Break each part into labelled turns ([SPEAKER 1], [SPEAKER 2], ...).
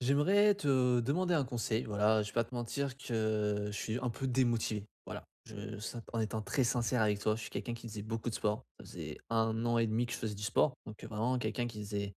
[SPEAKER 1] J'aimerais te demander un conseil. Voilà, je vais pas te mentir que je suis un peu démotivé. Voilà, en étant très sincère avec toi, je suis quelqu'un qui faisait beaucoup de sport. Ça faisait un an et demi que je faisais du sport. Donc vraiment quelqu'un qui faisait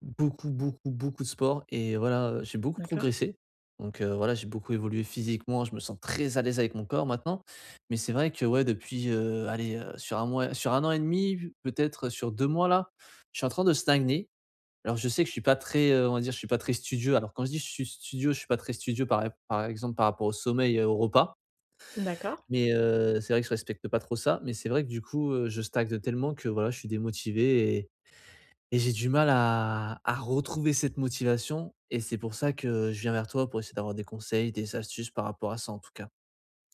[SPEAKER 1] beaucoup, beaucoup, beaucoup de sport. Et voilà, j'ai beaucoup
[SPEAKER 2] D'accord.
[SPEAKER 1] progressé. Donc voilà, j'ai beaucoup évolué physiquement. Je me sens très à l'aise avec mon corps maintenant. Mais c'est vrai que ouais, depuis, allez, sur un mois, sur un an et demi, peut-être sur 2 mois là, je suis en train de stagner. Alors je sais que je suis pas très, on va dire, je suis pas très studieux. Alors quand je dis je suis studieux, je suis pas très studieux par exemple par rapport au sommeil et au repas.
[SPEAKER 2] D'accord.
[SPEAKER 1] Mais, c'est vrai que je respecte pas trop ça. Mais c'est vrai que du coup, je stagne tellement que voilà, je suis démotivé et j'ai du mal à retrouver cette motivation et c'est pour ça que je viens vers toi pour essayer d'avoir des conseils, des astuces par rapport à ça, en tout cas.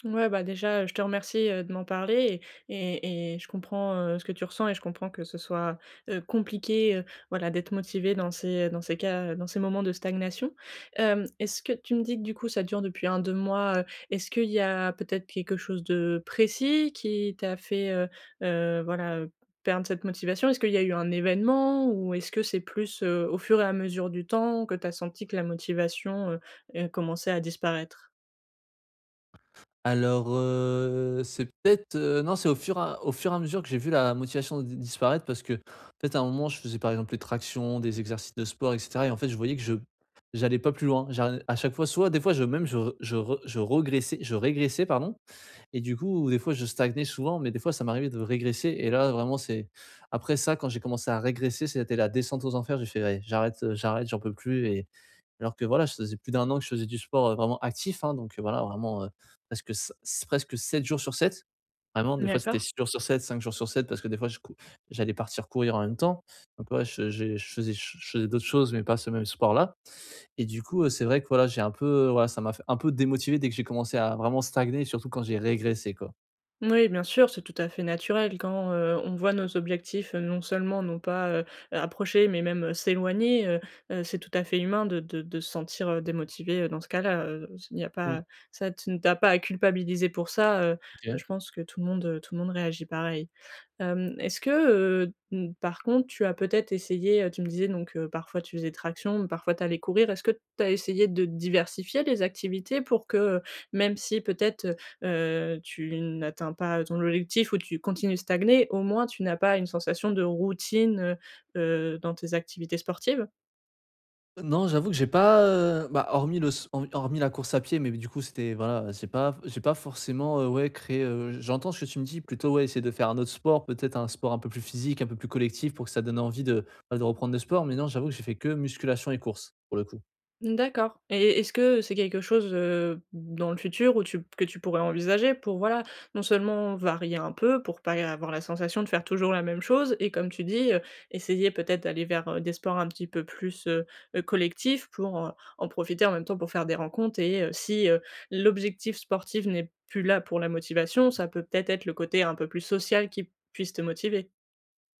[SPEAKER 2] Ouais, bah, déjà, je te remercie, de m'en parler et et je comprends, ce que tu ressens et je comprends que ce soit, compliqué, voilà, d'être motivé dans ces cas, dans ces moments de stagnation. Hem, est-ce que tu me dis que du coup ça dure depuis un deux mois, est-ce qu'il y a peut-être quelque chose de précis qui t'a fait, voilà, perdre cette motivation? Est-ce qu'il y a eu un événement ou est-ce que c'est plus, au fur et à mesure du temps que tu as senti que la motivation, commençait à disparaître?
[SPEAKER 1] Alors, c'est peut-être, non, c'est au fur et à mesure que j'ai vu la motivation di disparaître parce que, peut-être à un moment, je faisais par exemple les tractions, des exercices de sport et cetera et en fait, je voyais que je j'allais pas plus loin. J'arri À chaque fois, soit des fois, je même je re je re je regressais je régressais pardon et du coup, des fois, je stagnais souvent, mais des fois, ça m'arrivait de régresser et là, vraiment, c'est après ça, quand j'ai commencé à régresser, c'était la descente aux enfers. J'ai fait: «Allez, j'arrête, j'en peux plus» et alors que voilà, ça faisait plus d'un an que je faisais du sport, vraiment actif, hein, donc voilà, vraiment, presque c presque 7 jours sur 7. Vraiment, des fois, c'était
[SPEAKER 2] D'accord.
[SPEAKER 1] 6 jours sur 7, 5 jours sur 7 parce que des fois, je cou j'allais partir courir en même temps. Donc ouais, je faisais d'autres choses, mais pas ce même sport-là et du coup, c'est vrai que voilà, j'ai un peu, voilà, ça m'a fait un peu démotivé dès que j'ai commencé à vraiment stagner, surtout quand j'ai régressé, quoi.
[SPEAKER 2] Oui, bien sûr, c'est tout à fait naturel quand, on voit nos objectifs, non seulement non pas, approcher, mais même, s'éloigner, c'est tout à fait humain de de se sentir, démotivé, dans ce cas-là, il n'y a
[SPEAKER 1] Mmh.
[SPEAKER 2] pas ça tu ne t'as pas à culpabiliser pour ça,
[SPEAKER 1] OK.
[SPEAKER 2] je pense que tout le monde réagit pareil. Hem, est-ce que, mmh, par contre, tu as peut-être essayé, tu me disais donc, parfois tu faisais traction, parfois tu allais courir. Est-ce que tu as essayé de diversifier les activités pour que, même si peut-être, tu n'atteins pas ton objectif ou tu continues de stagner, au moins tu n'as pas une sensation de routine, dans tes activités sportives?
[SPEAKER 1] Non, j'avoue que j'ai pas, bah, hormis le s horm hormis la course à pied, mais du coup, c'était voilà, j'ai pas forcément, ouais, créé, j'entends ce que tu me dis, plutôt, ouais, essayer de faire un autre sport, peut-être un sport un peu plus physique, un peu plus collectif pour que ça donne envie de, bah, de reprendre le sport, mais non, j'avoue que j'ai fait que musculation et course, pour le coup.
[SPEAKER 2] D'accord, et est-ce que c'est quelque chose, dans le futur où tu que tu pourrais envisager pour, voilà, non seulement varier un peu pour pas avoir la sensation de faire toujours la même chose et comme tu dis, essayer peut-être d'aller vers, des sports un petit peu plus, collectifs pour, en profiter en même temps pour faire des rencontres et si, l'objectif sportif n'est plus là pour la motivation, ça peut peut-être être le côté un peu plus social qui puisse te motiver?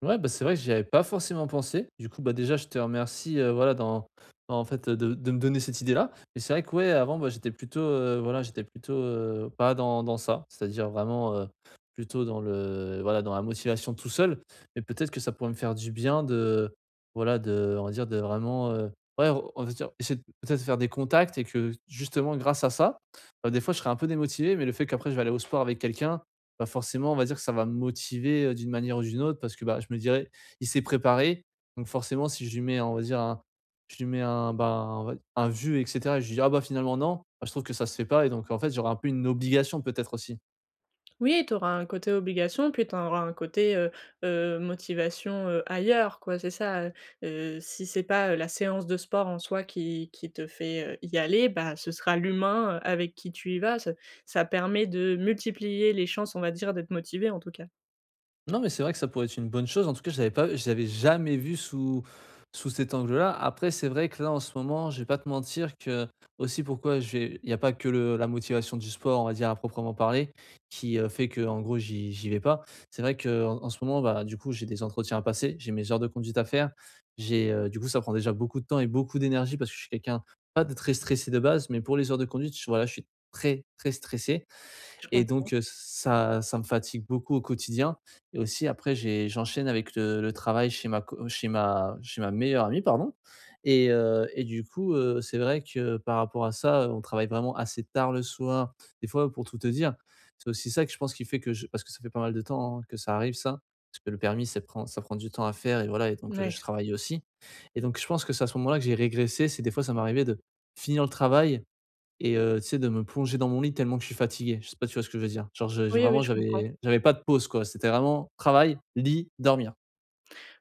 [SPEAKER 1] Ouais, bah, c'est vrai que j'y avais pas forcément pensé. Du coup, bah, déjà, je te remercie, voilà, d'en en fait, de me donner cette idée-là. Mais c'est vrai que, ouais, avant, bah, j'étais plutôt, voilà, j'étais plutôt, pas dans ça. C'est-à-dire vraiment, plutôt dans le voilà, dans la motivation tout seul. Mais peut-être que ça pourrait me faire du bien de voilà, de on va dire de vraiment, ouais, on va dire essayer de peut-être faire des contacts et que justement grâce à ça, des fois je serais un peu démotivé, mais le fait qu'après je vais aller au sport avec quelqu'un, bah, forcément, on va dire que ça va me motiver, d'une manière ou d'une autre parce que, bah, je me dirais: «Il s'est préparé», donc forcément si je lui mets, on va dire un je lui mets un, bah, on va un «vu» et cetera et je lui dis: «Ah bah, finalement non», bah, je trouve que ça se fait pas et donc en fait, j'aurais un peu une obligation peut-être aussi.
[SPEAKER 2] Oui, tu auras un côté obligation, puis tu auras un côté, motivation, ailleurs, quoi, c'est ça, si c'est pas, la séance de sport en soi qui te fait, y aller, bah, ce sera l'humain, avec qui tu y vas. Ce Ça permet de multiplier les chances, on va dire, d'être motivé, en tout cas.
[SPEAKER 1] Non, mais c'est vrai que ça pourrait être une bonne chose. En tout cas, je l'avais jamais vu sous cet angle-là. Après, c'est vrai que là, en ce moment, je vais pas te mentir que aussi pourquoi j'ai il n'y a pas que le la motivation du sport, on va dire à proprement parler, qui fait que en gros j'y vais pas. C'est vrai que en ce moment, bah, du coup, j'ai des entretiens à passer, j'ai mes heures de conduite à faire, du coup, ça prend déjà beaucoup de temps et beaucoup d'énergie parce que je suis quelqu'un pas de très stressé de base, mais pour les heures de conduite, je voilà, je suis très, très stressé
[SPEAKER 2] Je
[SPEAKER 1] et donc,
[SPEAKER 2] comprends.
[SPEAKER 1] heu, ça me fatigue beaucoup au quotidien et aussi après j'enchaîne avec le travail chez ma co chez ma meilleure amie, pardon et du coup, c'est vrai que par rapport à ça, on travaille vraiment assez tard le soir. Des fois, pour tout te dire, c'est aussi ça que je pense qui fait que je parce que ça fait pas mal de temps, hein, que ça arrive ça. Parce que le permis ça prend du temps à faire et voilà et donc, je
[SPEAKER 2] Ouais.
[SPEAKER 1] travaille aussi et donc je pense que c'est à ce moment-là que j'ai régressé. C'est des fois ça m'arrivait de finir le travail et tu sais, de me plonger dans mon lit tellement que je suis fatigué. Je sais pas si tu vois ce que je veux dire? Genre je
[SPEAKER 2] Oui, oui,
[SPEAKER 1] vraiment
[SPEAKER 2] je comprends.
[SPEAKER 1] j'avais pas de pause quoi, c'était vraiment travail, lit, dormir.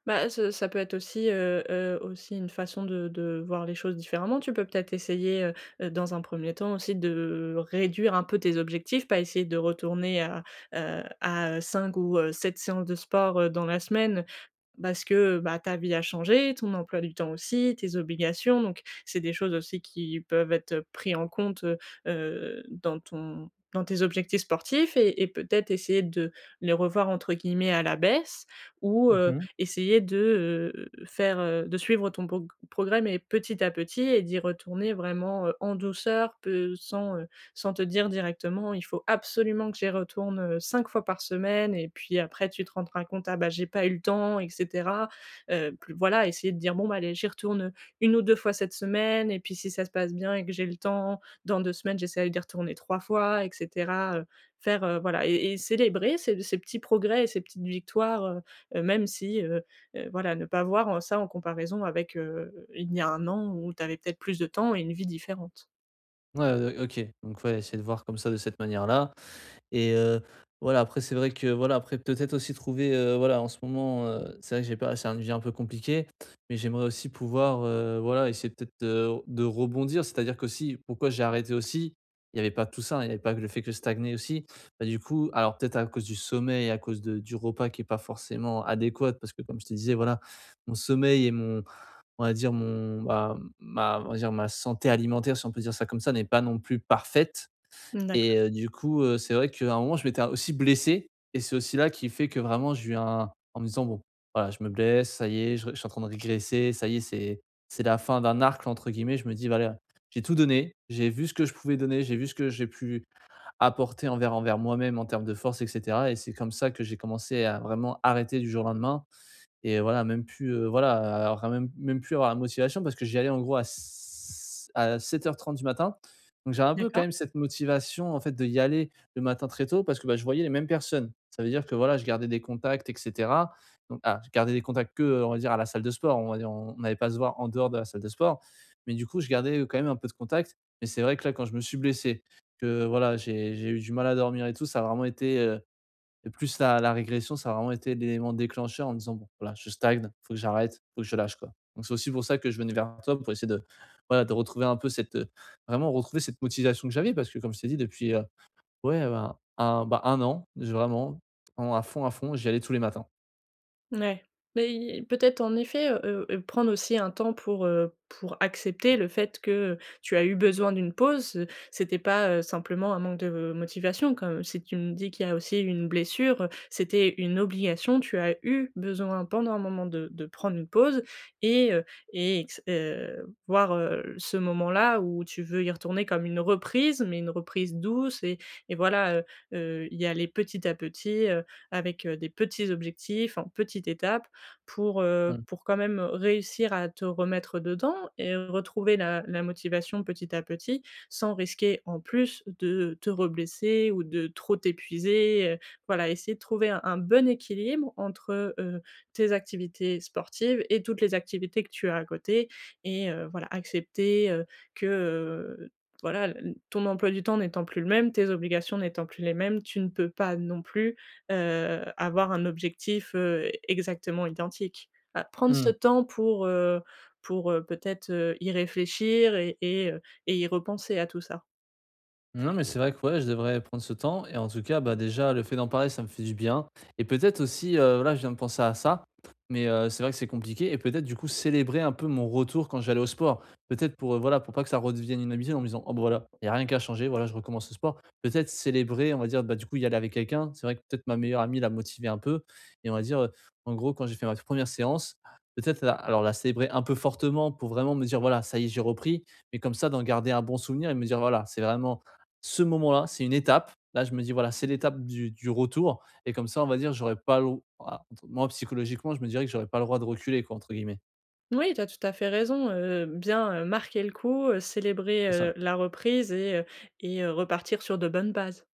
[SPEAKER 2] Bah, ce ça peut être aussi, aussi une façon de voir les choses différemment. Tu peux peut-être essayer, dans un premier temps aussi de réduire un peu tes objectifs, pas essayer de retourner à 5 ou 7 séances de sport, dans la semaine. Parce que, bah, ta vie a changé, ton emploi du temps aussi, tes obligations, donc c'est des choses aussi qui peuvent être prises en compte, dans ton dans tes objectifs sportifs et peut-être essayer de les revoir entre guillemets «à la baisse» ou
[SPEAKER 1] Mmh.
[SPEAKER 2] essayer de, faire, de suivre ton pog progrès mais petit à petit et d'y retourner vraiment, en douceur, peu sans, sans te dire directement: «Il faut absolument que j'y retourne, 5 fois par semaine» et puis après tu te rendras compte: «Ah bah, j'ai pas eu le temps» etc cetera. Plus voilà, essayer de dire: «Bon, bah, allez, j'y retourne, une ou 2 fois cette semaine et puis si ça se passe bien et que j'ai le temps, dans 2 semaines, j'essaie d'y retourner 3 fois» etc cetera, faire, voilà et célébrer ces petits progrès et ces petites victoires, même si, voilà, ne pas voir en ça en comparaison avec, il y a un an où tu avais peut-être plus de temps et une vie différente.
[SPEAKER 1] Ouais, OK, donc ouais, essayer de voir comme ça de cette manière-là. Et voilà, après c'est vrai que, voilà, après peut-être aussi trouver, voilà, en ce moment, c'est vrai que j'ai pas c'est un vie un peu compliqué, mais j'aimerais aussi pouvoir, voilà, essayer peut-être, de rebondir. C'est-à-dire qu'aussi, pourquoi j'ai arrêté aussi, il y avait pas tout ça, il y avait pas que le fait que je stagnais aussi. Bah, du coup, alors peut-être à cause du sommeil, à cause de du repas qui est pas forcément adéquat parce que comme je te disais, voilà, mon sommeil et mon on va dire mon, bah, ma on va dire ma santé alimentaire, si on peut dire ça comme ça, n'est pas non plus parfaite.
[SPEAKER 2] Mmh, d'accord,
[SPEAKER 1] Et du coup, c'est vrai qu'à un moment, je m'étais aussi blessé et c'est aussi là qui fait que vraiment j'ai eu un en me disant: «Bon, voilà, je me blesse, ça y est, je suis en train de régresser, ça y est, c'est la fin d'un arc» entre guillemets. Je me dis: «Voilà, j'ai tout donné, j'ai vu ce que je pouvais donner, j'ai vu ce que j'ai pu apporter envers moi-même en termes de force et cetera» et c'est comme ça que j'ai commencé à vraiment arrêter du jour au lendemain et voilà, même plus, voilà, alors même plus avoir la motivation parce que j'y allais en gros à s à 7h30 du matin. Donc j'avais un peu quand
[SPEAKER 2] d'accord.
[SPEAKER 1] même cette motivation en fait de y aller le matin très tôt parce que, bah, je voyais les mêmes personnes. Ça veut dire que voilà, je gardais des contacts et cetera. Donc ah, je gardais des contacts que, on va dire à la salle de sport, on va dire on allait pas se voir en dehors de la salle de sport. Mais du coup, je gardais, quand même un peu de contacts. Mais c'est vrai que là, quand je me suis blessé, que voilà, j'ai eu du mal à dormir et tout, ça a vraiment été, et plus la régression, ça a vraiment été l'élément déclencheur en me disant: «Bon, voilà, je stagne, faut que j'arrête, faut que je lâche, quoi». Donc c'est aussi pour ça que je venais vers toi pour essayer de, voilà, de retrouver un peu vraiment retrouver cette motivation que j'avais parce que comme je t'ai dit depuis, ouais, un an, j'ai vraiment, vraiment à fond, j'y allais tous les matins.
[SPEAKER 2] Ouais, mais i peut-être en effet, prendre aussi un temps pour accepter le fait que, tu as eu besoin d'une pause, c'était pas, simplement un manque de motivation comme si tu me dis qu'il y a aussi une blessure, c'était une obligation, tu as eu besoin pendant un moment de prendre une pause et heu et ex voir, ce moment-là où tu veux y retourner comme une reprise, mais une reprise douce et voilà, y aller petit à petit, avec, des petits objectifs, en petites étapes
[SPEAKER 1] Mmh.
[SPEAKER 2] pour quand même réussir à te remettre dedans et retrouver la motivation petit à petit, sans risquer en plus de te reblesser ou de trop t'épuiser, voilà, essayer de trouver un bon équilibre entre, tes activités sportives et toutes les activités que tu as à côté et voilà, accepter, que, voilà, l ton emploi du temps n'étant plus le même, tes obligations n'étant plus les mêmes, tu ne peux pas non plus avoir un objectif, exactement identique. A prendre ce
[SPEAKER 1] Mmh.
[SPEAKER 2] temps pour, peut-être, y réfléchir et et y repenser à tout ça.
[SPEAKER 1] Non, mais c'est vrai que ouais, je devrais prendre ce temps et en tout cas, bah, déjà, le fait d'en parler, ça me fait du bien et peut-être aussi, voilà, je viens de penser à ça, mais c'est vrai que c'est compliqué et peut-être, du coup, célébrer un peu mon retour quand j'allais au sport. Peut-être voilà, pour pas que ça redevienne une habitude en me disant: «Oh, bah, voilà, il y a rien qu'à changer voilà, je recommence le sport». Peut-être célébrer, on va dire, bah, du coup, y aller avec quelqu'un. C'est vrai que peut-être ma meilleure amie l'a motivé un peu et on va dire, en gros, quand j'ai fait ma première séance, peut-être la alors la célébrer un peu fortement pour vraiment me dire: «Voilà, ça y est, j'ai repris», mais comme ça, d'en garder un bon souvenir et me dire: «Voilà, c'est vraiment ce moment-là, c'est une étape. Là, je me dis: «Voilà, c'est l'étape du retour» et comme ça, on va dire, j'aurais pas le ah, entre moi, psychologiquement, je me dirais que j'aurais pas le droit de «reculer» quoi, entre guillemets.
[SPEAKER 2] Oui, tu as tout à fait raison, bien, marquer le coup, célébrer,
[SPEAKER 1] Ça.
[SPEAKER 2] la reprise et repartir sur de bonnes bases.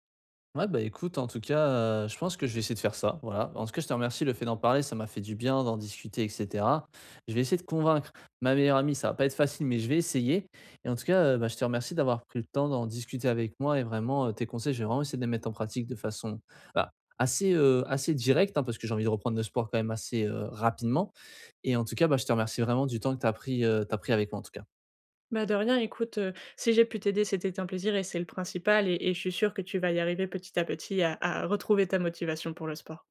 [SPEAKER 1] Ouais, bah, écoute, en tout cas, je pense que je vais essayer de faire ça, voilà. En tout cas, je te remercie, le fait d'en parler, ça m'a fait du bien d'en discuter et cetera. Je vais essayer de convaincre ma meilleure amie, ça va pas être facile, mais je vais essayer et en tout cas, bah, je te remercie d'avoir pris le temps d'en discuter avec moi et vraiment, tes conseils, je vais vraiment essayer de les mettre en pratique de façon, bah, assez, assez directe, hein, parce que j'ai envie de reprendre le sport quand même assez, rapidement et en tout cas, bah, je te remercie vraiment du temps que tu as pris, tu pris avec moi, en tout cas.
[SPEAKER 2] Bah, de rien, écoute, si j'ai pu t'aider, c'était un plaisir et c'est le principal et je suis sûre que tu vas y arriver petit à petit à retrouver ta motivation pour le sport.